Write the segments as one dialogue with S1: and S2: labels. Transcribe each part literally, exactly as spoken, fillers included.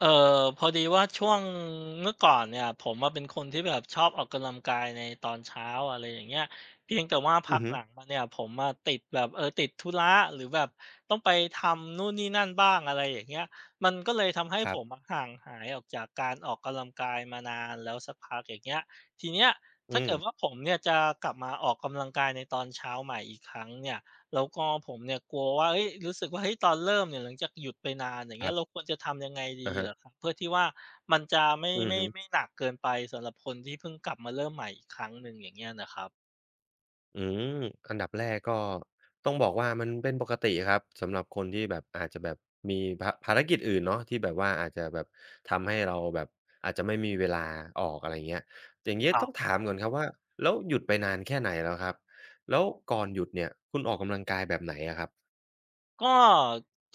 S1: เออพอดีว่าช่วงเมื่อก่อนเนี่ยผมมาเป็นคนที่แบบชอบออกกำลังกายในตอนเช้าอะไรอย่างเงี้ยเพียงแต่ว่าพั
S2: อือ
S1: ก
S2: ฮึ
S1: หลังมาเนี่ยผมมาติดแบบเออติดธุระหรือแบบต้องไปทำนู่นนี่นั่นบ้างอะไรอย่างเงี้ยมันก็เลยทำให้
S2: ค
S1: ผ
S2: รั
S1: ม
S2: บ
S1: อะห่างหายออกจากการออกกำลังกายมานานแล้วสักพักอย่างเงี้ยทีเนี้ย
S2: อื
S1: ถ้าเกิดว่า
S2: ม
S1: ผมเนี่ยจะกลับมาออกกำลังกายในตอนเช้าใหม่อีกครั้งเนี่ย แล้วก็ผมเนี่ยกลัวว่าเฮ้ยรู้สึกว่าเฮ้ยตอนเริ่มเนี่ยหลังจากหยุดไปนานอย่าง
S2: ค
S1: เงี้
S2: รั
S1: ยเรา
S2: บ
S1: ควรจะทำยังไงดี
S2: อะฮะ
S1: เหรอครับเพื่อที่ว่ามันจะไม่
S2: อือ
S1: ไม่
S2: ฮึ
S1: ไม่หนักเกินไปสำหรับคนที่เพิ่งกลับมาเริ่มใหม่อีกครั้งหนึ่งอย่างเงี้ยนะครับ
S2: อืมอันดับแรกก็ต้องบอกว่ามันเป็นปกติครับสำหรับคนที่แบบอาจจะแบบมีภาภารกิจอื่นเนาะที่แบบว่าอาจจะแบบทำให้เราแบบอาจจะไม่มีเวลาออกอะไรเงี้ยอย่างเงี้ย
S1: อ๋อ
S2: ต้องถามก่อนครับว่าแล้วหยุดไปนานแค่ไหนแล้วครับแล้วก่อนหยุดเนี่ยคุณออกกำลังกายแบบไหนอะครับ
S1: ก็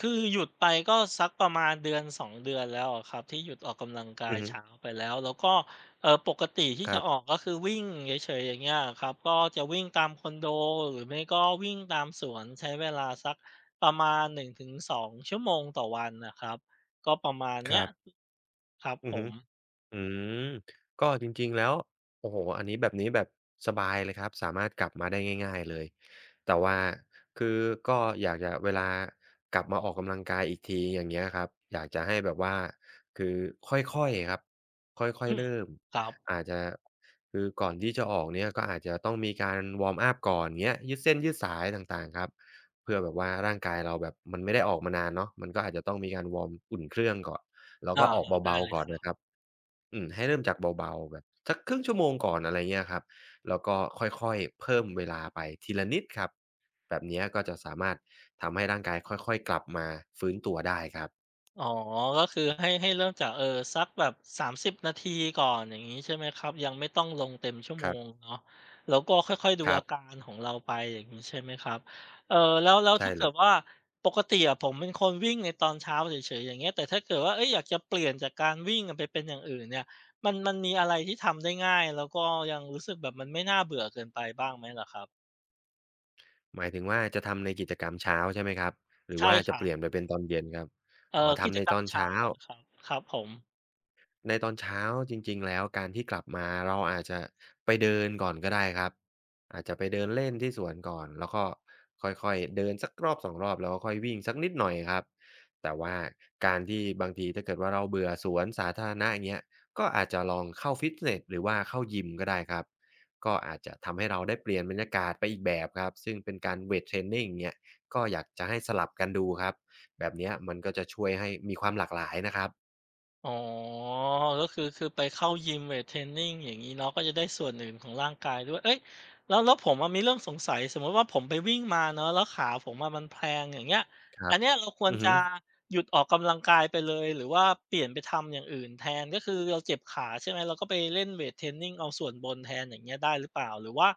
S1: คือหยุดไปก็สักประมาณเดือนสอสองเดือนแล้วอะครับที่หยุดออกกำลังกา
S2: อื
S1: ย
S2: อฮึ
S1: เช้าไปแล้วแล้วก็เออปกติที่
S2: ครั
S1: จะออ
S2: บ
S1: กก็คือวิ่งเฉยๆอย่างเงี้ยครับก็จะวิ่งตามคอนโดหรือไม่ก็วิ่งตามสวนใช้เวลาสักประมาณหนึ่งถึงสองชั่วโมงต่อวันนะครับก็ประมาณ
S2: ค
S1: เนี้ย
S2: รับ
S1: ครับ
S2: อื
S1: ผ
S2: อฮึ
S1: ม
S2: อืมก็จริงๆแล้วโอ้โฮอันนี้แบบนี้แบบสบายเลยครับสามารถกลับมาได้ง่ายๆเลยแต่ว่าคือก็อยากจะเวลากลับมาออกกำลังกายอีกทีอย่างเงี้ยครับอยากจะให้แบบว่าคือค่อยๆครับค่อย
S1: อื
S2: ๆ
S1: ม
S2: เริ่ม
S1: ครับ
S2: อาจจะคือก่อนที่จะออกเนี่ยก็อาจจะต้องมีการวอร์มอัปก่อนเงี้ยยืดเส้นยืดสายต่างๆครับเพื่อแบบว่าร่างกายเราแบบมันไม่ได้ออกมานานเนาะมันก็อาจจะต้องมีการวอร์มอุ่นเครื่องก่อนแล้ว
S1: อา
S2: ก็ออก
S1: ได้
S2: เบา
S1: เล
S2: ๆก่อน
S1: ย
S2: นะครับ อืมให้เริ่มจากเบาๆแบบสักครึ่งชั่วโมงก่อนอะไรเงี้ยครับแล้วก็ค่อยๆเพิ่มเวลาไปทีละนิดครับแบบเนี้ยก็จะสามารถทำให้ร่างกายค่อยๆกลับมาฟื้นตัวได้ครับ
S1: อ๋อก็คือให้ให้เริ่มจากเออสักแบบสามสิบนาทีก่อนอย่างงี้ใช่ไหมครับยังไม่ต้องลงเต็มชั่ว
S2: ค
S1: โม
S2: รั
S1: ง
S2: บ
S1: เนาะแล้วก็ค่อยๆดู
S2: ครับ
S1: อาการของเราไปอย่างงี้ใช่ไหมครับเอ่อแล้วแล้ว
S2: ใช่
S1: ถ้า
S2: เล
S1: เกิ
S2: ย
S1: ดว่าปกติอะผมเป็นคนวิ่งในตอนเช้าเฉยๆอย่างเงี้ยแต่ถ้าเกิดว่าเฮ้ยอยากจะเปลี่ยนจากการวิ่งอะไปเป็นอย่างอื่นเนี่ยมันมันมีอะไรที่ทำได้ง่ายแล้วก็ยังรู้สึกแบบมันไม่น่าเบื่อเกินไปบ้างไหมเหรอครับ
S2: หมายถึงว่าจะทำในกิจกรรมเช้าใช่ไหมครับหรือ
S1: ใช่
S2: ว่า
S1: ค
S2: จะ
S1: รั
S2: เป
S1: บ
S2: ลี่ยนไปเป็นตอนเย็นครับ
S1: เอ่
S2: อ๋อ
S1: อกิ
S2: ทำ
S1: จ
S2: ใน
S1: กร
S2: ต
S1: รม
S2: อน
S1: เช้า
S2: เช้า
S1: อะครับครับผม
S2: ในตอนเช้าจริงๆแล้วการที่กลับมาเราอาจจะไปเดินก่อนก็ได้ครับอาจจะไปเดินเล่นที่สวนก่อนแล้วก็ค่อยๆเดินสักรอบสองรอบแล้วก็ค่อยวิ่งสักนิดหน่อยครับแต่ว่าการที่บางทีถ้าเกิดว่าเราเบื่อสวนสาธารณะอย่างเงี้ยก็อาจจะลองเข้าฟิตเนสหรือว่าเข้ายิมก็ได้ครับก็อาจจะทำให้เราได้เปลี่ยนบรรยากาศไปอีกแบบครับซึ่งเป็นการเวตเทรนนิงอย่างเงี้ยก็อยากจะให้สลับกันดูครับแบบเนี้ยมันก็จะช่วยให้มีความหลากหลายนะครับ
S1: อ๋อก็คือคือไปเข้ายิมเวตเทรนนิงอย่างงี้เนาะก็จะได้ส่วนอื่นของร่างกายด้วยเอ๊ยแล้วแล้วผมอะมีเรื่องสงสัย สมมุติว่าผมไปวิ่งมาเนาะแล้วขาผมอะมันแพลงอย่างเงี้ย
S2: ครั
S1: อั
S2: บ
S1: นเนี้ยเราควร
S2: อือฮึ
S1: จะหยุดออกกำลังกายไปเลยหรือว่าเปลี่ยนไปทำอย่างอื่นแทน ก็คือเราเจ็บขาใช่ไหม เราก็ไปเล่นเวตเทรนนิงเอาส่วนบนแทนอย่างเงี้ยได้หรือเปล่าหรือว่า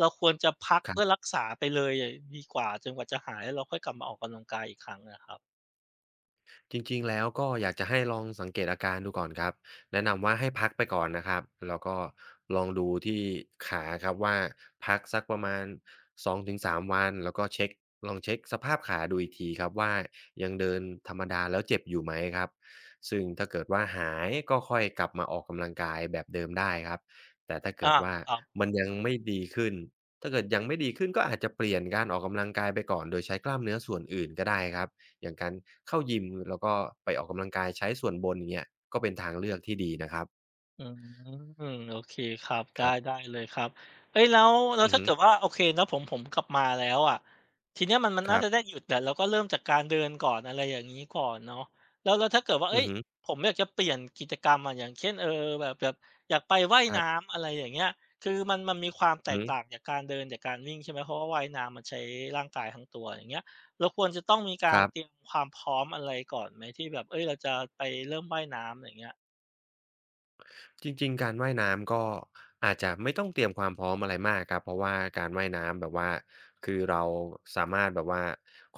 S1: เราควรจะพัก
S2: ครั
S1: เพื่อรั
S2: บ
S1: กษาไปเลยยดีกว่าจนกว่าจะหายแล้วเราค่อยกลับมาออกกำลังกายอีกครั้งอะครับ
S2: จริงๆแล้วก็อยากจะให้ลองสังเกตอาการดูก่อนครับแนะนำว่าให้พักไปก่อนนะครับแล้วก็ลองดูที่ขาครับว่าพักสักประมาณสองถึงสามวันแล้วก็เช็คลองเช็คสภาพขาดูอีกทีครับว่ายังเดินธรรมดาแล้วเจ็บอยู่ไหมครับซึ่งถ้าเกิดว่าหายก็ค่อยกลับมาออกกำลังกายแบบเดิมได้ครับแต่ถ้าเกิด
S1: อา
S2: ว่า
S1: ครับ
S2: มันยังไม่ดีขึ้นถ้าเกิดยังไม่ดีขึ้นก็อาจจะเปลี่ยนการออกกำลังกายไปก่อนโดยใช้กล้ามเนื้อส่วนอื่นก็ได้ครับ อย่างการเข้ายิมแล้วก็ไปออกกำลังกายใช้ส่วนบนอย่างเงี้ยก็เป็นทางเลือกที่ดีนะครับ
S1: อืมโอเคครับ
S2: ค
S1: ได้
S2: รับ
S1: ได้เลยครับเฮ้ยแล้วแล้ว
S2: อือ
S1: ถ้า
S2: ฮึ
S1: เกิดว่าโอเคเนาะผมผมกลับมาแล้วอะทีเนี้ยมันมัน
S2: ค
S1: น่า
S2: รั
S1: จะได้
S2: บ
S1: หยุดแหละเราก็เริ่มจากการเดินก่อนอะไรอย่างงี้ก่อนเนาะแล้วแล้วถ้าเกิดว่า
S2: อื
S1: เฮ้
S2: อ
S1: ย
S2: ฮึ
S1: ผมอยากจะเปลี่ยนกิจกรรมอะอย่างเช่นเออแบบแบบอยากไปว่าย
S2: ครับ
S1: น้ำอะไรอย่างเงี้ยคือมันมันมีความแต
S2: อือ
S1: ก
S2: ฮึ
S1: ต่างจากการเดินจากการวิ่งใช่ไหมเพราะว่าว่ายน้ำมันใช้ร่างกายทั้งตัวอย่างเงี้ยเราควรจะต้องมี
S2: ค
S1: การ
S2: รับ
S1: เตรียมความพร้อมอะไรก่อนไหมที่แบบเฮ้ยเราจะไปเริ่มว่ายน้ำอย่างเงี้ย
S2: จริงๆการว่ายน้ำก็อาจจะไม่ต้องเตรียมความพร้อมอะไรมากครับเพราะว่าการว่ายน้ำแบบว่าคือเราสามารถแบบว่า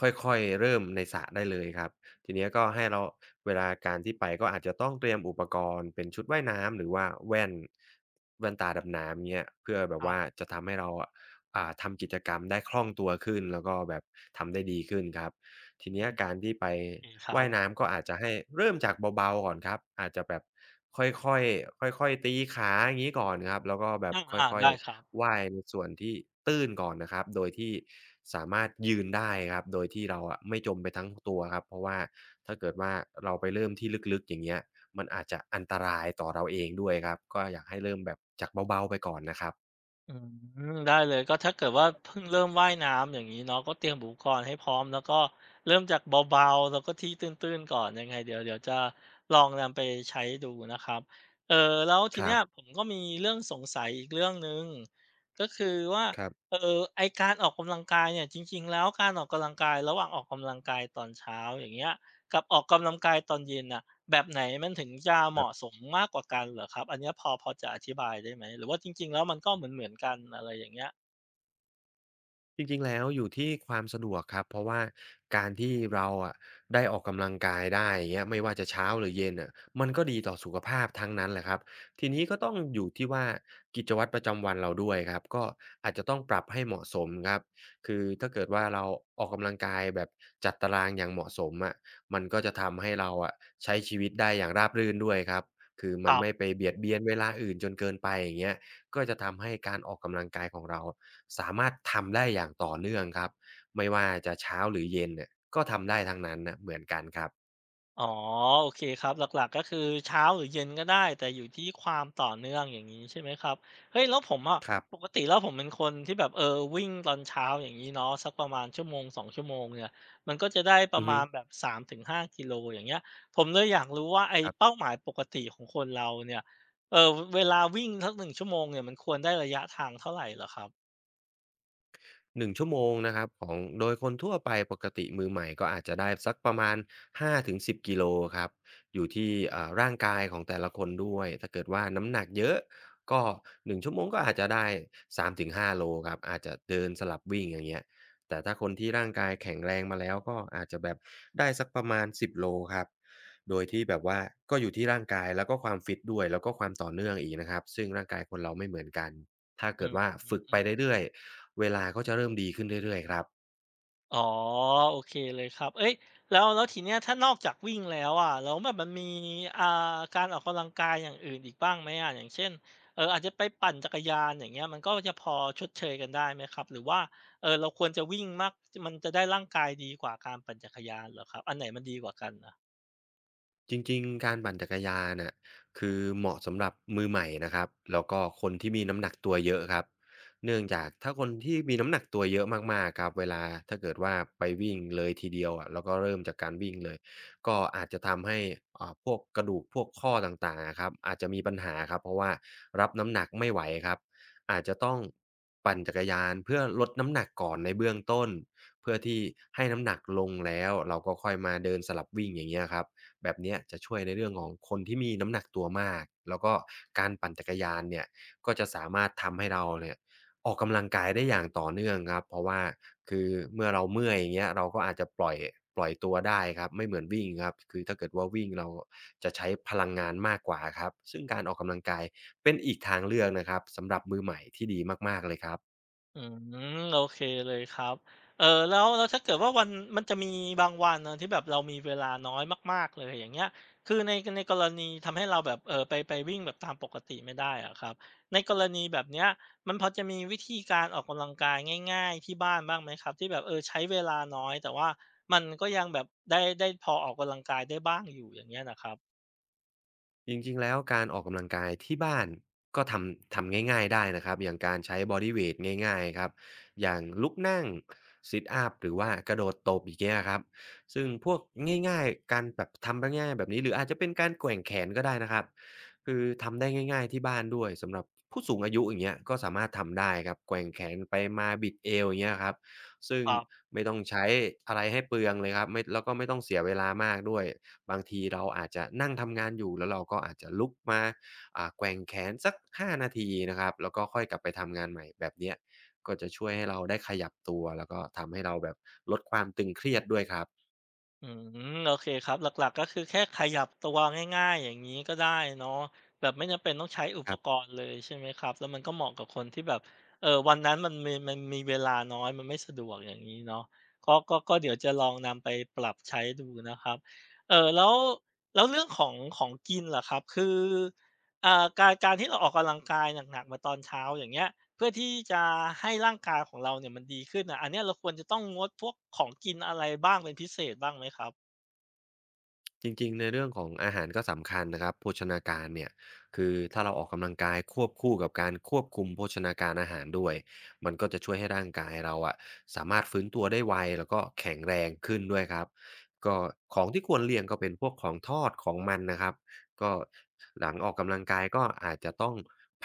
S2: ค่อยๆเริ่มในสระได้เลยครับทีเนี้ยก็ให้เราเวลาการที่ไปก็อาจจะต้องเตรียมอุปกรณ์เป็นชุดว่ายน้ำหรือว่าแว่นแว่นตาดำน้ำเงี้ยเพื่อแบ
S1: ค
S2: บ
S1: รั
S2: ว่า
S1: บ
S2: จะทำให้เราอะอ่าทำกิจกรรมได้คล่องตัวขึ้นแล้วก็แบบทำได้ดีขึ้นครับ ที
S1: อื
S2: เนี้
S1: ม
S2: ยการที่ไป
S1: โอเคครั
S2: ว่าย
S1: บ
S2: น้ำก็อาจจะให้เริ่มจากเบาๆก่อนครับอาจจะแบบค่อยๆค่อยๆตีขาอย่างงี้ก่อนครับแล้วก็แบบ
S1: อาอา
S2: ค่อย
S1: ได้ครับ
S2: ๆว่ายในส่วนที่ตื้นก่อนนะครับโดยที่สามารถยืนได้ครับโดยที่เราอะไม่จมไปทั้งตัวครับเพราะว่าถ้าเกิดว่าเราไปเริ่มที่ลึกๆอย่างเงี้ยมันอาจจะอันตรายต่อเราเองด้วยครับก็อยากให้เริ่มแบบจากเบาๆไปก่อนนะครับ
S1: อืมได้เลยก็ถ้าเกิดว่าเพิ่งเริ่มว่ายน้ำอย่างงี้เนาะก็เตรียมอุปกรณ์ให้พร้อมแล้วก็เริ่มจากเบาๆแล้วก็ที่ตื้นๆก่อนยังไงเดี๋ยวเดี๋ยวจะลองนำไปใช้ดูนะครับเอ่อแล้วที
S2: ค
S1: เนี้
S2: รับ
S1: ยผมก็มีเรื่องสงสัยอีกเรื่องหนึ่ง ก็คือว่า
S2: ครับ
S1: เอ่อไอ้การออกกำลังกายเนี่ยจริงๆแล้วการออกกำลังกายระหว่างออกกำลังกายตอนเช้าอย่างเงี้ยกับออกกำลังกายตอนเย็นน่ะ แบบไหนมันถึงจะเหมาะสมมากกว่ากันเหรอครับอันเนี้ยพอพอจะอธิบายได้ไหมหรือว่าจริงๆแล้วมันก็เหมือนๆกันอะไรอย่างเงี้ย
S2: จริงๆแล้วอยู่ที่ความสะดวกครับเพราะว่าการที่เราอะได้ออกกำลังกายได้อย่างเงี้ยไม่ว่าจะเช้าหรือเย็นน่ะมันก็ดีต่อสุขภาพทั้งนั้นแหละครับทีนี้ก็ต้องอยู่ที่ว่ากิจวัตรประจำวันเราด้วยครับก็อาจจะต้องปรับให้เหมาะสมครับคือถ้าเกิดว่าเราออกกำลังกายแบบจัดตารางอย่างเหมาะสมอะมันก็จะทำให้เราอะใช้ชีวิตได้อย่างราบรื่นด้วยครับคือ
S1: ค
S2: มัน
S1: รั
S2: ไม่
S1: บ
S2: ไปเบียดเบียนเวลาอื่นจนเกินไปอย่างเงี้ยก็จะทำให้การออกกำลังกายของเรา สามารถทำได้อย่างต่อเนื่องครับไม่ว่าจะเช้าหรือเย็นเนี่ยก็ทำได้ทั้งนั้นน่ะเหมือนกันครับ
S1: อ๋อโอเคครับหลักๆก็คือเช้าหรือเย็นก็ได้แต่อยู่ที่ความต่อเนื่องอย่างงี้ใช่ไหมครับเฮ้ยแล้วผมอะ
S2: ครั
S1: ป
S2: บ
S1: กติแล้วผมเป็นคนที่แบบเออวิ่งตอนเช้าอย่างงี้เนาะสักประมาณชั่วโมงสองชั่วโมงเนี่ยมันก็จะได้ประ
S2: อือฮึ
S1: มาณแบบสามถึงห้ากิโลอย่างเงี้ยผมเลยอยากรู้ว่าไอ้
S2: ครั
S1: เป้า
S2: บ
S1: หมายปกติของคนเราเนี่ยเอ่อเวลาวิ่งสักหนึ่งชั่วโมงเนี่ยมันควรได้ระยะทางเท่าไรเหรอครับ
S2: หนึ่งชั่วโมงนะครับของโดยคนทั่วไปปกติมือใหม่ก็อาจจะได้สักประมาณห้าถึงสิบกิโลครับอยู่ที่อ่าร่างกายของแต่ละคนด้วยถ้าเกิดว่าน้ำหนักเยอะก็หนึ่งชั่วโมงก็อาจจะได้สามถึงห้าโลครับอาจจะเดินสลับวิ่งอย่างเงี้ยแต่ถ้าคนที่ร่างกายแข็งแรงมาแล้วก็อาจจะแบบได้สักประมาณสิบโลครับโดยที่แบบว่าก็อยู่ที่ร่างกายแล้วก็ความฟิตด้วยแล้วก็ความต่อเนื่องอีกนะครับซึ่งร่างกายคนเราไม่เหมือนกันถ้า
S1: อื
S2: เกิด
S1: อ
S2: ว่าฝึก
S1: ฮึ
S2: ไปเรื่อย เวลาก็จะเริ่มดีขึ้นเรื่อยๆครับ
S1: อ๋อโอเคเลยครับเอ้ยแล้วแล้วทีเนี้ยถ้านอกจากวิ่งแล้วอะแล้วแบบมันมีอ่าการออกกำลังกายอย่างอื่นอีกบ้างไหมอะอย่างเช่นเอออาจจะไปปั่นจักรยานอย่างเงี้ยมันก็จะพอชดเชยกันได้ไหมครับหรือว่าเอ่อเราควรจะวิ่งมากมันจะได้ร่างกายดีกว่าการปั่นจักรยานเหรอครับอันไหนมันดีกว่ากันอะ
S2: จริงๆการปั่นจักรยานน่ะคือเหมาะสำหรับมือใหม่นะครับแล้วก็คนที่มีน้ำหนักตัวเยอะครับเนื่องจากถ้าคนที่มีน้ำหนักตัวเยอะมากๆครับเวลาถ้าเกิดว่าไปวิ่งเลยทีเดียวอะแล้วก็เริ่มจากการวิ่งเลยก็อาจจะทำให้อ่าพวกกระดูกพวกข้อต่างๆอะครับอาจจะมีปัญหาครับเพราะว่ารับน้ำหนักไม่ไหวครับอาจจะต้องปั่นจักรยานเพื่อลดน้ำหนักก่อนในเบื้องต้นเพื่อที่ให้น้ำหนักลงแล้วเราก็ค่อยมาเดินสลับวิ่งอย่างเงี้ยครับ แบบเนี้ยจะช่วยในเรื่องของคนที่มีน้ำหนักตัวมากแล้วก็การปั่นจักรยานเนี่ยก็จะสามารถทำให้เราเนี่ยออกกำลังกายได้อย่างต่อเนื่องครับเพราะว่าคือเมื่อเราเมื่อยอย่างเงี้ยเราก็อาจจะปล่อยปล่อยตัวได้ครับไม่เหมือนวิ่งครับคือถ้าเกิดว่าวิ่งเราจะใช้พลังงานมากกว่าครับซึ่งการออกกำลังกายเป็นอีกทางเลือกนะครับสำหรับมือใหม่ที่ดีมากๆเลยครับ
S1: อืมโอเคเลยครับเออแล้วแล้วถ้าเกิดว่าวันมันจะมีบางวันเนาะที่แบบเรามีเวลาน้อยมากๆเลยอย่างเงี้ยคือในในกรณีทำให้เราแบบเออไปไปวิ่งแบบตามปกติไม่ได้อะครับในกรณีแบบเนี้ยมันพอจะมีวิธีการออกกำลังกายง่ายๆที่บ้านบ้างไหมครับที่แบบเออใช้เวลาน้อยแต่ว่ามันก็ยังแบบได้ได้พอออกกำลังกายได้บ้างอยู่อย่างเงี้ยนะครับ
S2: จริงๆแล้วการออกกำลังกายที่บ้านก็ทำทำง่ายๆได้นะครับอย่างการใช้บอดีเวตง่ายๆครับอย่างลุกนั่งซิตอัปหรือว่ากระโดดตบอย่างเงี้ยครับซึ่งพวกง่ายๆการแบบทำง่ายๆแบบนี้หรืออาจจะเป็นการแกว่งแขนก็ได้นะครับคือทำได้ง่ายๆที่บ้านด้วยสำหรับผู้สูงอายุอย่างเงี้ยก็สามารถทำได้ครับแกว่งแขนไปมาบิดเอวอย่างเงี้ยครับซึ่ง
S1: อา
S2: ไม่ต้องใช้อะไรให้เปลืองเลยครับไม่แล้วก็ไม่ต้องเสียเวลามากด้วย บางทีเราอาจจะนั่งทำงานอยู่แล้วเราก็อาจจะลุกมาอ่าแกว่งแขนสักห้านาทีนะครับแล้วก็ค่อยกลับไปทำงานใหม่แบบเนี้ยก็จะช่วยให้เราได้ขยับตัวแล้วก็ทำให้เราแบบลดความตึงเครียดด้วยครับ
S1: อืมโอเคครับหลักๆก็คือแค่ขยับตัวง่ายๆอย่างงี้ก็ได้เนาะแบบไม่จำเป็นต้องใช้อุ
S2: ค
S1: ป
S2: รั
S1: ก
S2: บ
S1: รณ์เลยใช่ไหมครับแล้วมันก็เหมาะกับคนที่แบบเอ่อวันนั้นมันมีมันมีเวลาน้อยมันไม่สะดวกอย่างงี้เนาะก็ก็ก็เดี๋ยวจะลองนำไปปรับใช้ดูนะครับเอ่อแล้วแล้วเรื่องของของกินล่ะครับคืออ่าการการที่เราออกกำลังกายหนักๆมาตอนเช้าอย่างเงี้ย เพื่อที่จะให้ร่างกายของเราเนี่ยมันดีขึ้นน่ะอันเนี้ยเราควรจะต้องงดพวกของกินอะไรบ้างเป็นพิเศษบ้างไหมครับ
S2: จริงๆในเรื่องของอาหารก็สำคัญนะครับโภชนาการเนี่ยคือถ้าเราออกกำลังกายควบคู่กับการควบคุมโภชนาการอาหารด้วยมันก็จะช่วยให้ร่างกายเราอะสามารถฟื้นตัวได้ไวแล้วก็แข็งแรงขึ้นด้วยครับก็ของที่ควรเลี่ยงก็เป็นพวกของทอดของมันนะครับก็หลังออกกำลังกายก็อาจจะต้อง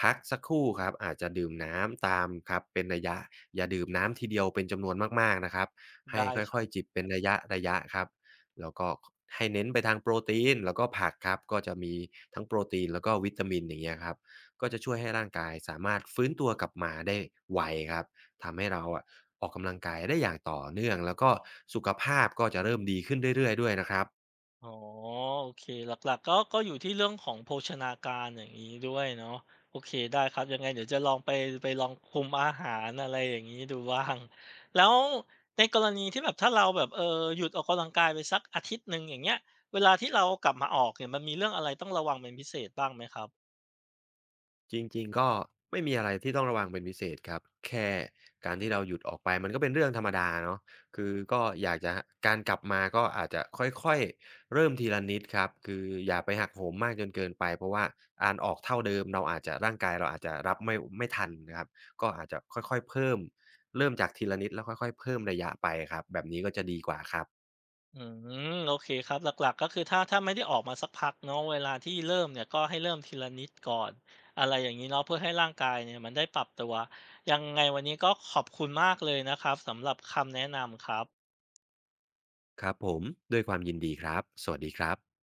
S2: พักสักครู่ครับอาจจะดื่มน้ำตามครับเป็นระยะอย่าดื่มน้ำทีเดียวเป็นจำนวนมากๆนะครับให้
S1: ได้
S2: ค่
S1: ครั
S2: อย
S1: บ
S2: ๆจิบเป็นระยะๆครับ แล้วก็ให้เน้นไปทางโปรตีนแล้วก็ผักครับก็จะมีทั้งโปรตีนแล้วก็วิตามินอย่างเงี้ยครับก็จะช่วยให้ร่างกายสามารถฟื้นตัวกลับมาได้ไวครับทำให้เราอะออกกำลังกายได้อย่างต่อเนื่องแล้วก็สุขภาพก็จะเริ่มดีขึ้นเรื่อยๆด้วยนะครับ
S1: อ๋อโอเคหลักๆก็ก็อยู่ที่เรื่องของโภชนาการอย่างงี้ด้วยเนาะโอเคได้ครับยังไงเดี๋ยวจะลองไปไปลองคุมอาหารอะไรอย่างงี้ดูบ้างแล้วในกรณีที่แบบถ้าเราแบบเอ่อหยุดออกกำลังกายไปสักอาทิตย์หนึ่งอย่างเงี้ยเวลาที่เรากลับมาออกเนี่ยมันมีเรื่องอะไรต้องระวังเป็นพิเศษบ้างไหมครับ
S2: จริงๆก็ไม่มีอะไรที่ต้องระวังเป็นพิเศษครับแค่การที่เราหยุดออกไปมันก็เป็นเรื่องธรรมดาเนาะคือก็อยากจะการกลับมาก็อาจจะค่อยๆเริ่มทีละนิดครับคืออย่าไปหักโหมมากจนเกินไปเพราะว่าการออกเท่าเดิมเราอาจจะร่างกายเราอาจจะรับไม่ไม่ทันนะครับก็อาจจะค่อยๆเพิ่มเริ่มจากทีละนิดแล้วค่อยๆเพิ่มระยะไปครับแบบนี้ก็จะดีกว่าครับ
S1: อืมโอเคครับหลักๆก็คือถ้าถ้าไม่ได้ออกมาสักพักเนาะเวลาที่เริ่มเนี่ยก็ให้เริ่มทีละนิดก่อนอะไรอย่างนี้เนาะเพื่อให้ร่างกายเนี่ยมันได้ปรับตัวยังไงวันนี้ก็ขอบคุณมากเลยนะครับสำหรับคำแนะนำครับ
S2: ครับผมด้วยความยินดีครับสวัสดีครับ